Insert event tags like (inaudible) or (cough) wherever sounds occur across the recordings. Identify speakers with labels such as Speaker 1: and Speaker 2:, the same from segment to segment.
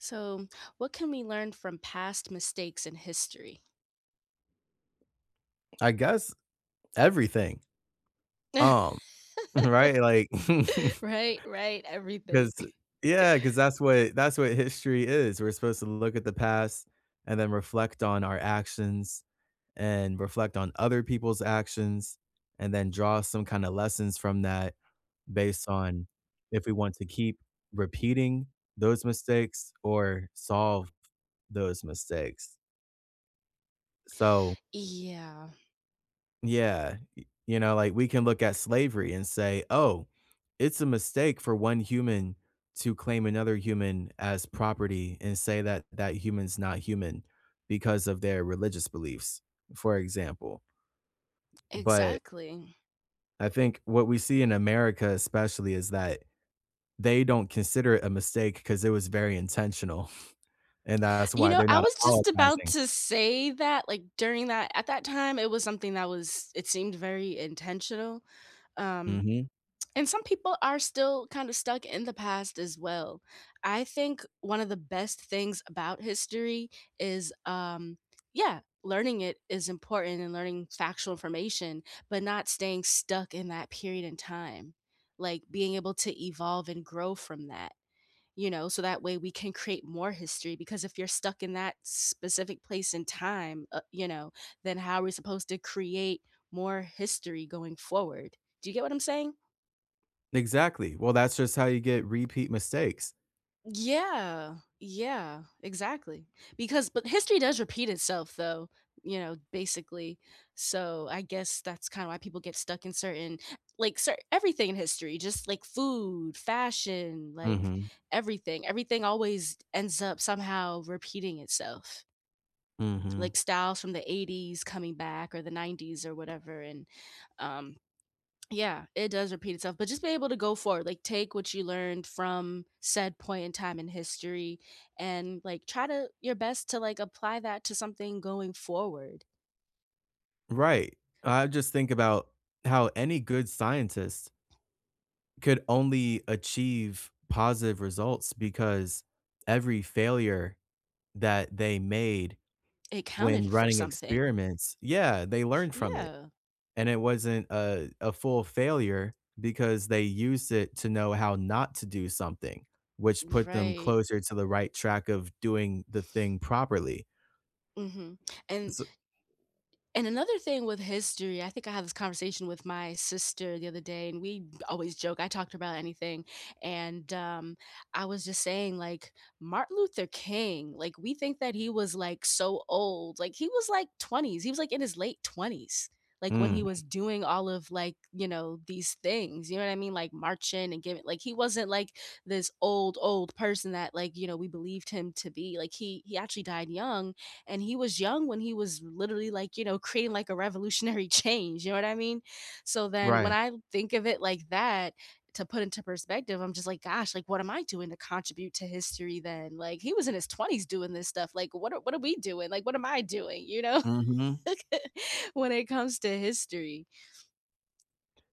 Speaker 1: So, what can we learn from past mistakes in history?
Speaker 2: I guess everything, um,
Speaker 1: (laughs)
Speaker 2: (laughs) right? Like, (laughs)
Speaker 1: Right, right, everything.
Speaker 2: because
Speaker 1: (laughs)
Speaker 2: yeah, because that's what history is. We're supposed to look at the past and then reflect on our actions and reflect on other people's actions and then draw some kinda lessons from that based on if we want to keep repeating those mistakes or solve those mistakes. So
Speaker 1: Yeah,
Speaker 2: yeah. Like, we can look at slavery and say, "Oh, it's a mistake for one human to claim another human as property and say that that human's not human because of their religious beliefs," for example. But
Speaker 1: exactly.
Speaker 2: I think what we see in America especially is that they don't consider it a mistake because it was very intentional, (laughs) and that's
Speaker 1: You
Speaker 2: why
Speaker 1: know,
Speaker 2: they're
Speaker 1: I
Speaker 2: not
Speaker 1: was just about
Speaker 2: apologizing.
Speaker 1: to say that like during that at that time it was something that was it seemed very intentional. Um
Speaker 2: Mhm.
Speaker 1: And some people are still kind of stuck in the past as well. I think one of the best things about history is, yeah, learning it is important and learning factual information, but not staying stuck in that period in time. Like being able to evolve and grow from that, you know, so that way we can create more history. Because if you're stuck in that specific place in time, you know, then how are we supposed to create more history going forward? Do you get what I'm saying?
Speaker 2: Exactly. Well, that's just how you get repeat mistakes.
Speaker 1: Yeah, yeah, exactly. Because but history does repeat itself though, you know, basically. So I guess that's kind of why people get stuck in certain like cer everything in history, just like food, fashion, like
Speaker 2: Mhm.
Speaker 1: everything. Everything always ends up somehow repeating itself.
Speaker 2: Mhm.
Speaker 1: Like styles from the 80s coming back or the 90s or whatever and um yeah, it does repeat itself, but just be able to go forward, like take what you learned from said point in time in history and like try to your best to like apply that to something going forward.
Speaker 2: Right. I just think about how any good scientist could only achieve positive results because every failure that they made
Speaker 1: It
Speaker 2: when
Speaker 1: counted for
Speaker 2: running
Speaker 1: something.
Speaker 2: experiments, yeah, they learned from it.
Speaker 1: Yeah,
Speaker 2: And it wasn't a full failure because they used it to know how not to do something, which put them
Speaker 1: right.
Speaker 2: closer to the right track of doing the thing properly.
Speaker 1: hmm And
Speaker 2: So,
Speaker 1: And another thing with history, I think I had this conversation with my sister the other day, and we always joke. I talked about anything, and I was just saying, like Martin Luther King, like we think that he was like so old, like he was like twenties. He was like in his late 20s, like when he
Speaker 2: mm,
Speaker 1: was doing all of, like you know, these things. You know what I mean? Like marching and giving. Like he wasn't like this old person that, like, you know, we believed him to be. Like he actually died young, and he was young when he was literally, like, you know, creating like a revolutionary (laughs) change, you know what I mean? So then when
Speaker 2: right.
Speaker 1: I think of it like that, to put into perspective, I'm just like, gosh, like what am I doing to contribute to history then? Like he was in his 20s doing this stuff. Like what are we doing? Like what am I doing, you know?
Speaker 2: Hmm.
Speaker 1: (laughs) When it comes to history,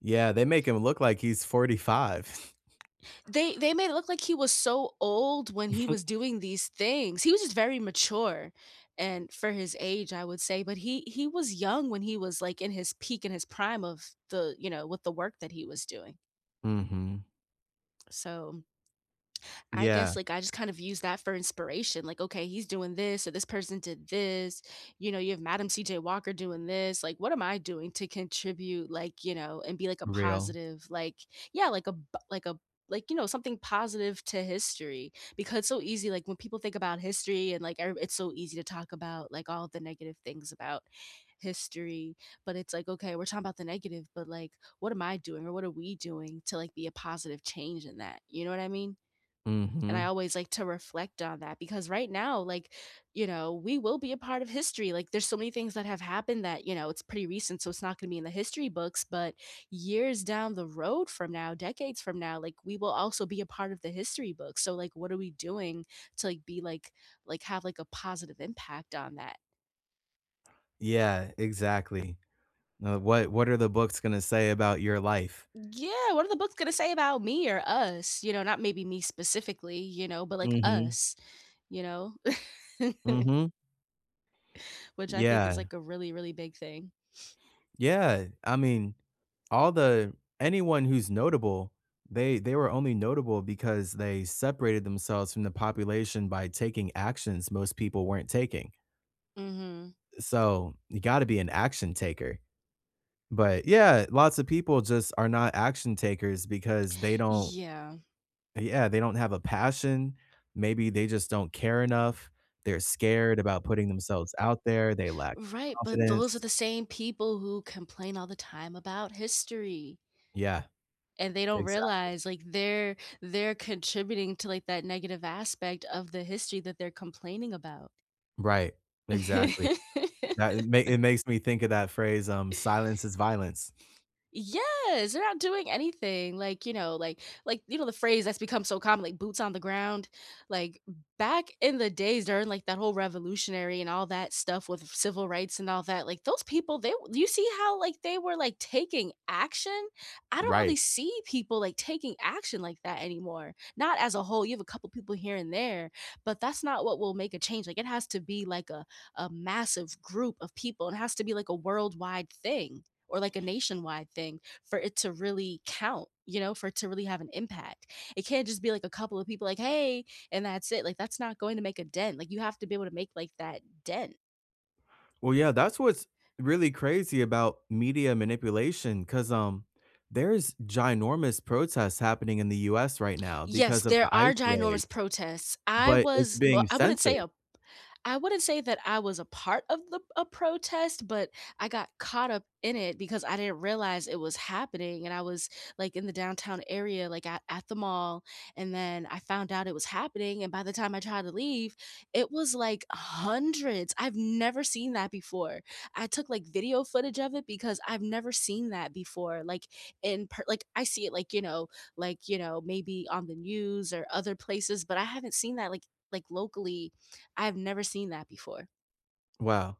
Speaker 2: Yeah, they make him look like he's 45. (laughs)
Speaker 1: they made it look like he was so old when he was
Speaker 2: (laughs)
Speaker 1: doing these things. He was just very mature and for his age, I would say, but he was young when he was, like, in his peak, in his prime of the, you know, with the work that he was doing.
Speaker 2: Mhm.
Speaker 1: So I
Speaker 2: Yeah,
Speaker 1: guess like I just kind of use that for inspiration. Like, okay, he's doing this, or this person did this. You know, you have Madam CJ Walker doing this. Like, what am I doing to contribute? Like, you know, and be like a
Speaker 2: real.
Speaker 1: positive, like yeah, like a b- like a like, you know, something positive to history because it's so easy like when people think about history and like every- it's so easy to talk about like all the negative things about history, but it's like okay, we're talking about the negative, but like what am I doing or what are we doing to like be a positive change in that, you know what I mean? And I
Speaker 2: Mhm.
Speaker 1: always like to reflect on that because right now, like, you know, we will be a part of history. Like, there's so many things that have happened that, you know, it's pretty recent. So it's not going to be in the history books, but years down the road from now, decades from now, like, we will also be a part of the history books. So, like, what are we doing to, like, be like, have like a positive impact on that?
Speaker 2: Yeah, exactly. What are the books gonna say about your life?
Speaker 1: Yeah. What are the books going to say about me or us? You know, not maybe me specifically, you know, but like
Speaker 2: Mhm.
Speaker 1: us, you know, (laughs)
Speaker 2: Mhm.
Speaker 1: which I think is
Speaker 2: Yeah.
Speaker 1: like a really, really big thing.
Speaker 2: Yeah. I mean, all the anyone who's notable, they were only notable because they separated themselves from the population by taking actions most people weren't taking.
Speaker 1: hmm
Speaker 2: So, you gotta be an action taker. But, yeah, lots of people just are not action takers because they don't.
Speaker 1: Yeah,
Speaker 2: Yeah, they don't have a passion. Maybe they just don't care enough. They're scared about putting themselves out there. They lack
Speaker 1: right. But those are
Speaker 2: confidence.
Speaker 1: the same people who complain all the time about history
Speaker 2: Yeah,
Speaker 1: and they don't
Speaker 2: exactly.
Speaker 1: realize like they're contributing to like that negative aspect of the history that they're complaining about.
Speaker 2: Right. Exactly.
Speaker 1: (laughs)
Speaker 2: That it ma it makes me think of that phrase, "Silence is violence."
Speaker 1: Yes, they're not doing anything. Like, you know, the phrase that's become so common, like boots on the ground. Like back in the days during like that whole revolutionary and all that stuff with civil rights and all that, like those people, they you see how like they were like taking action? I don't
Speaker 2: Right.
Speaker 1: really see people like taking action like that anymore. Not as a whole. You have a couple people here and there, but that's not what will make a change. Like it has to be like a massive group of people. It has to be like a worldwide thing or like a nationwide thing for it to really count, you know, for it to really have an impact. It can't just be like a couple of people like, hey, and that's it. Like, that's not going to make a dent. Like, you have to be able to make like that dent.
Speaker 2: Well, yeah, that's what's really crazy about media manipulation. Cause there's ginormous protests happening in the US right now
Speaker 1: Yes,
Speaker 2: because of
Speaker 1: there
Speaker 2: the ICE
Speaker 1: are
Speaker 2: raids,
Speaker 1: ginormous protests. I
Speaker 2: but it's
Speaker 1: was, well,
Speaker 2: being
Speaker 1: I wouldn't say
Speaker 2: censored.
Speaker 1: a I wouldn't say that I was a part of the a protest, but I got caught up in it because I didn't realize it was happening and I was like in the downtown area like at the mall and then I found out it was happening and by the time I tried to leave, it was like hundreds. I've never seen that before. I took like video footage of it because I've never seen that before. Like in per- like I see it like, you know, maybe on the news or other places, but I haven't seen that like locally I've never seen that before.
Speaker 2: Wow.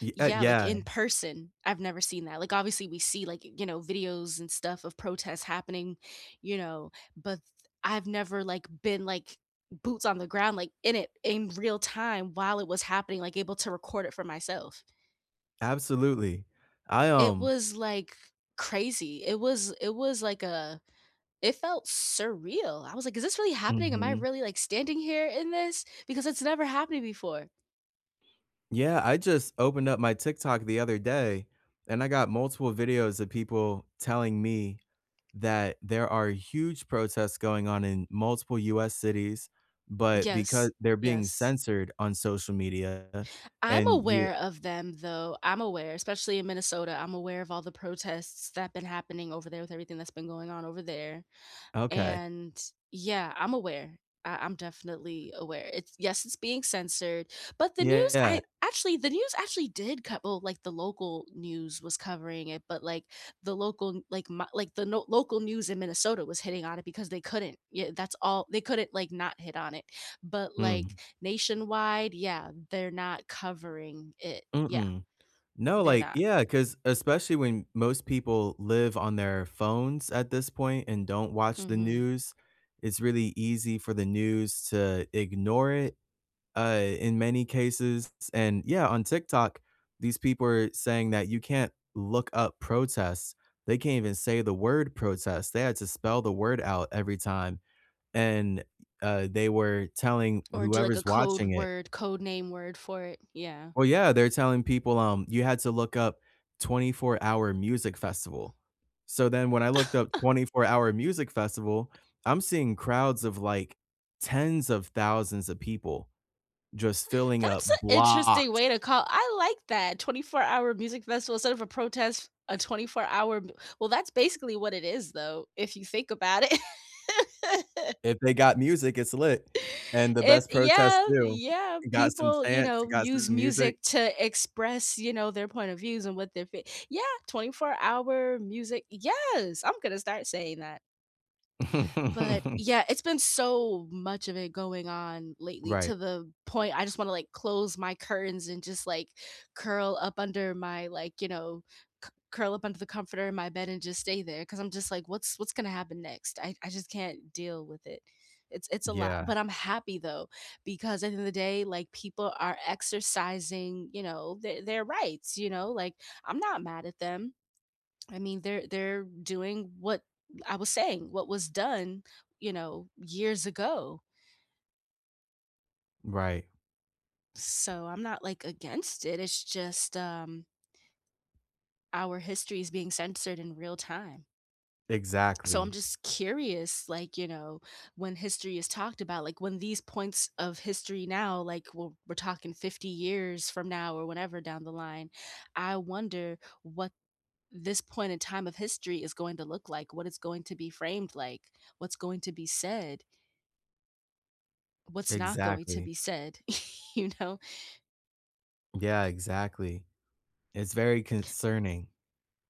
Speaker 2: Ye
Speaker 1: Yeah, like,
Speaker 2: yeah.
Speaker 1: in person, I've never seen that. Like, obviously, we see, like, you know, videos and stuff of protests happening, you know, but I've never, like, been, like, boots on the ground, like, in it in real time while it was happening, like, able to record it for myself.
Speaker 2: Absolutely. I,
Speaker 1: It
Speaker 2: um
Speaker 1: was, like, crazy. It was like a it felt surreal. I was like, "Is this really happening? Am I
Speaker 2: Mhm.
Speaker 1: really, like, standing here in this?" Because it's never happened before.
Speaker 2: Yeah, I just opened up my TikTok the other day, and I got multiple videos of people telling me that there are huge protests going on in multiple US cities, but because
Speaker 1: Yes,
Speaker 2: they're being
Speaker 1: yes.
Speaker 2: censored on social media
Speaker 1: I'm
Speaker 2: and you.
Speaker 1: aware of them though. I'm aware, especially in Minnesota. I'm aware of all the protests that have been happening over there with everything that's been going on over there.
Speaker 2: Okay.
Speaker 1: And yeah, I'm aware. I'm definitely aware. It's yes, it's being censored, but the news
Speaker 2: Yeah.
Speaker 1: I actually the news actually did cut. Well, like the local news was covering it, but like the local like my, like the no, local news in Minnesota was hitting on it because they couldn't. Yeah, that's all they couldn't like not hit on it. But
Speaker 2: Mm.
Speaker 1: like nationwide, yeah, they're not covering it. Yeah,
Speaker 2: Mm-mm. No,
Speaker 1: they're
Speaker 2: like
Speaker 1: not.
Speaker 2: yeah, because especially when most people live on their phones at this point and don't watch the
Speaker 1: hmm
Speaker 2: news, it's really easy for the news to ignore it, in many cases, and yeah, on TikTok, these people are saying that you can't look up protests. They can't even say the word protest. They had to spell the word out every time, and, they were telling
Speaker 1: Or do like a
Speaker 2: whoever's
Speaker 1: code
Speaker 2: watching it.
Speaker 1: word, code name word for it. Yeah.
Speaker 2: Well, yeah, they're telling people, you had to look up 24-hour music festival. So then when I looked up 24-hour music festival, I'm seeing crowds of, like, tens of thousands of people just filling up
Speaker 1: That's an interesting
Speaker 2: blocks.
Speaker 1: way to call I like that, 24-hour music festival instead of a protest, a 24-hour m well, that's basically what it is, though, if you think about it. (laughs)
Speaker 2: If they got music, it's lit, and the
Speaker 1: It
Speaker 2: best protests
Speaker 1: yeah,
Speaker 2: do.
Speaker 1: yeah,
Speaker 2: Got some
Speaker 1: people, you
Speaker 2: chants,
Speaker 1: know,
Speaker 2: got
Speaker 1: use
Speaker 2: some music.
Speaker 1: music to express, you know, their point of views and what they're fee yeah, 24-hour music yes, I'm gonna start saying that. But
Speaker 2: (laughs)
Speaker 1: yeah, it's been so much of it going on lately to
Speaker 2: Right.
Speaker 1: the point I just want to like close my curtains and just like curl up under my like, you know, c- curl up under the comforter in my bed and just stay there because I'm just like, what's gonna happen next? I just can't deal with it. It's a lot,
Speaker 2: Yeah.
Speaker 1: but I'm happy though because at the end of the day, like people are exercising, you know, their rights. You know, like I'm not mad at them. I mean, they're doing what I was saying, what was done, you know, years ago.
Speaker 2: Right.
Speaker 1: So I'm not like against it. It's just our history is being censored in real time. So I'm
Speaker 2: Exactly.
Speaker 1: just curious, like, you know, when history is talked about, like when these points of history now, like we're talking 50 years from now or whenever down the line, I wonder what this point in time of history is going to look like, what it's going to be framed like, what's going to be said, what's not going to
Speaker 2: Exactly.
Speaker 1: be said, (laughs) you know?
Speaker 2: Yeah, exactly. It's very concerning.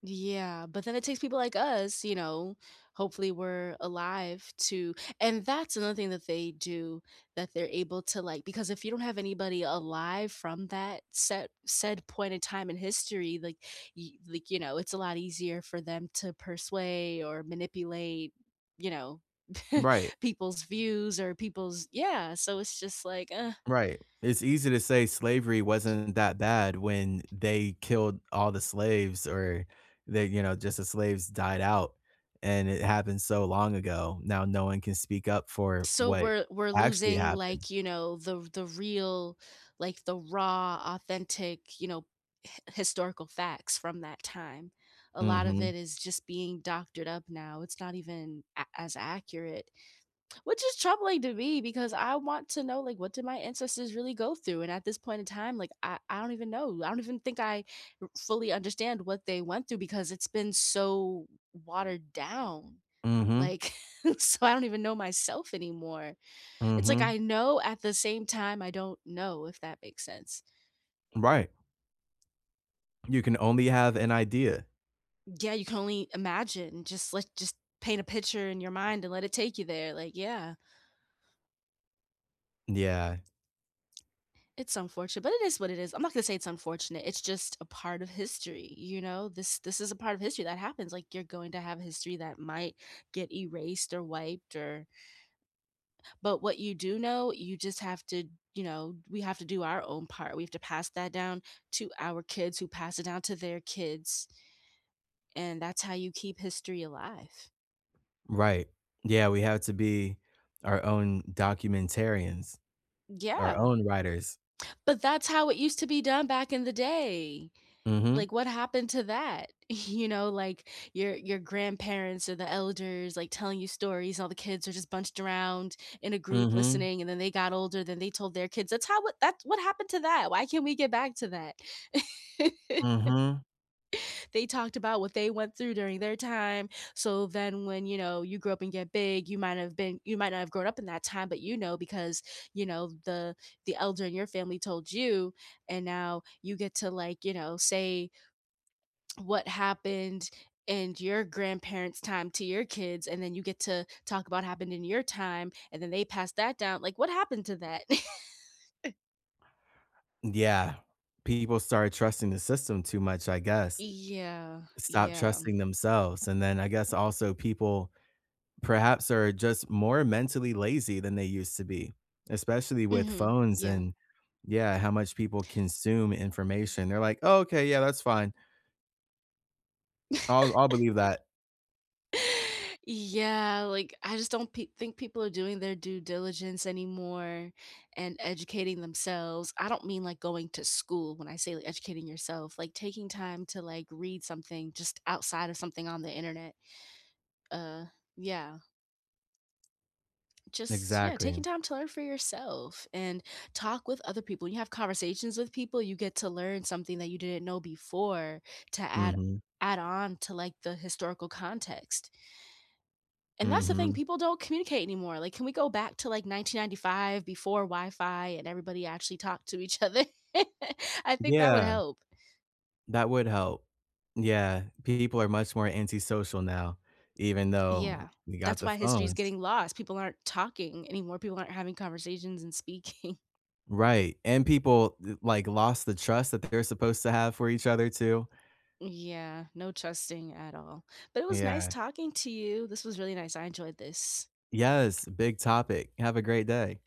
Speaker 1: Yeah, but then it takes people like us, you know, hopefully we're alive to and that's another thing that they do that they're able to like because if you don't have anybody alive from that set said point in time in history, like it's a lot easier for them to persuade or manipulate, you know, (laughs)
Speaker 2: Right.
Speaker 1: people's views or people's yeah, so it's just like
Speaker 2: Right. It's easy to say slavery wasn't that bad when they killed all the slaves or they, you know, just the slaves died out and it happened so long ago. Now no one can speak up for
Speaker 1: so
Speaker 2: what
Speaker 1: we're
Speaker 2: actually
Speaker 1: losing
Speaker 2: happened.
Speaker 1: like the real like the raw authentic historical facts from that time. A lot of
Speaker 2: Mhm.
Speaker 1: it is just being doctored up now, it's not even as accurate, which is troubling to me because I want to know like what did my ancestors really go through. And at this point in time, like I don't even know, I don't even think I fully understand what they went through because it's been so watered down,
Speaker 2: Mhm.
Speaker 1: like (laughs) so I don't even know myself anymore. It's like
Speaker 2: Mhm.
Speaker 1: I know, at the same time I don't know, if that makes sense.
Speaker 2: Right. You can only have an idea.
Speaker 1: Yeah, you can only imagine, just let just paint a picture in your mind and let it take you there, like, yeah.
Speaker 2: Yeah.
Speaker 1: It's unfortunate, but it is what it is. I'm not gonna say it's unfortunate, it's just a part of history, you know? This is a part of history that happens, like, you're going to have history that might get erased or wiped or but what you do know, you just have to you know, we have to do our own part. We have to pass that down to our kids who pass it down to their kids. And that's how you keep history alive.
Speaker 2: Right. Yeah, we have to be our own documentarians, our
Speaker 1: Yeah.
Speaker 2: own writers.
Speaker 1: But that's how it used to be done back in the day.
Speaker 2: Mhm.
Speaker 1: Like what happened to that? (laughs) You know, like your grandparents or the elders like telling you stories, all the kids are just bunched around in a group
Speaker 2: Mhm.
Speaker 1: listening, and then they got older, then they told their kids. That's what happened to that. Why can't we get back to that? (laughs)
Speaker 2: Mhm.
Speaker 1: They talked about what they went through during their time. So then when, you know, you grow up and get big, you might have been you might not have grown up in that time, but you know because, you know, the elder in your family told you, and now you get to like, you know, say what happened and your grandparents' time to your kids, and then you get to talk about happened in your time, and then they pass that down. Like, what happened to that?
Speaker 2: Yeah. People started trusting the system too much, I
Speaker 1: (laughs)
Speaker 2: guess.
Speaker 1: yeah,
Speaker 2: Stop
Speaker 1: yeah,
Speaker 2: trusting themselves, and then I guess also people perhaps are just more mentally lazy than they used to be, especially with
Speaker 1: hmm
Speaker 2: phones
Speaker 1: yeah.
Speaker 2: and yeah, how much people consume information. They're like, "Oh, okay, yeah, that's fine. I'll believe that."
Speaker 1: Yeah, like I just don't pe think people are doing their due diligence anymore and educating themselves. I don't mean like going to school when I say like educating yourself, like taking time to like read something just outside of something on the internet. Uh yeah, just yeah, taking
Speaker 2: Exactly.
Speaker 1: time to learn for yourself and talk with other people. When you have conversations with people, you get to learn something that you didn't know before to
Speaker 2: Mhm.
Speaker 1: add on to like the historical context. And that's the thing,
Speaker 2: Mhm.
Speaker 1: people don't communicate anymore. Like, can we go back to like 1995 before Wi-Fi and everybody actually talked to each other? (laughs) I think that would
Speaker 2: Yeah,
Speaker 1: help.
Speaker 2: that would help. Yeah, people are much more antisocial now, even though
Speaker 1: Yeah.
Speaker 2: we got
Speaker 1: That's
Speaker 2: the
Speaker 1: why history is
Speaker 2: phones.
Speaker 1: getting lost. People aren't talking anymore. People aren't having conversations and speaking. (laughs)
Speaker 2: Right, and people, like, lost the trust that they're supposed to have for each other too.
Speaker 1: Yeah, no trusting at all. But it was nice
Speaker 2: Yeah.
Speaker 1: talking to you. This was really nice. I enjoyed this.
Speaker 2: Yes, big topic. Have a great day.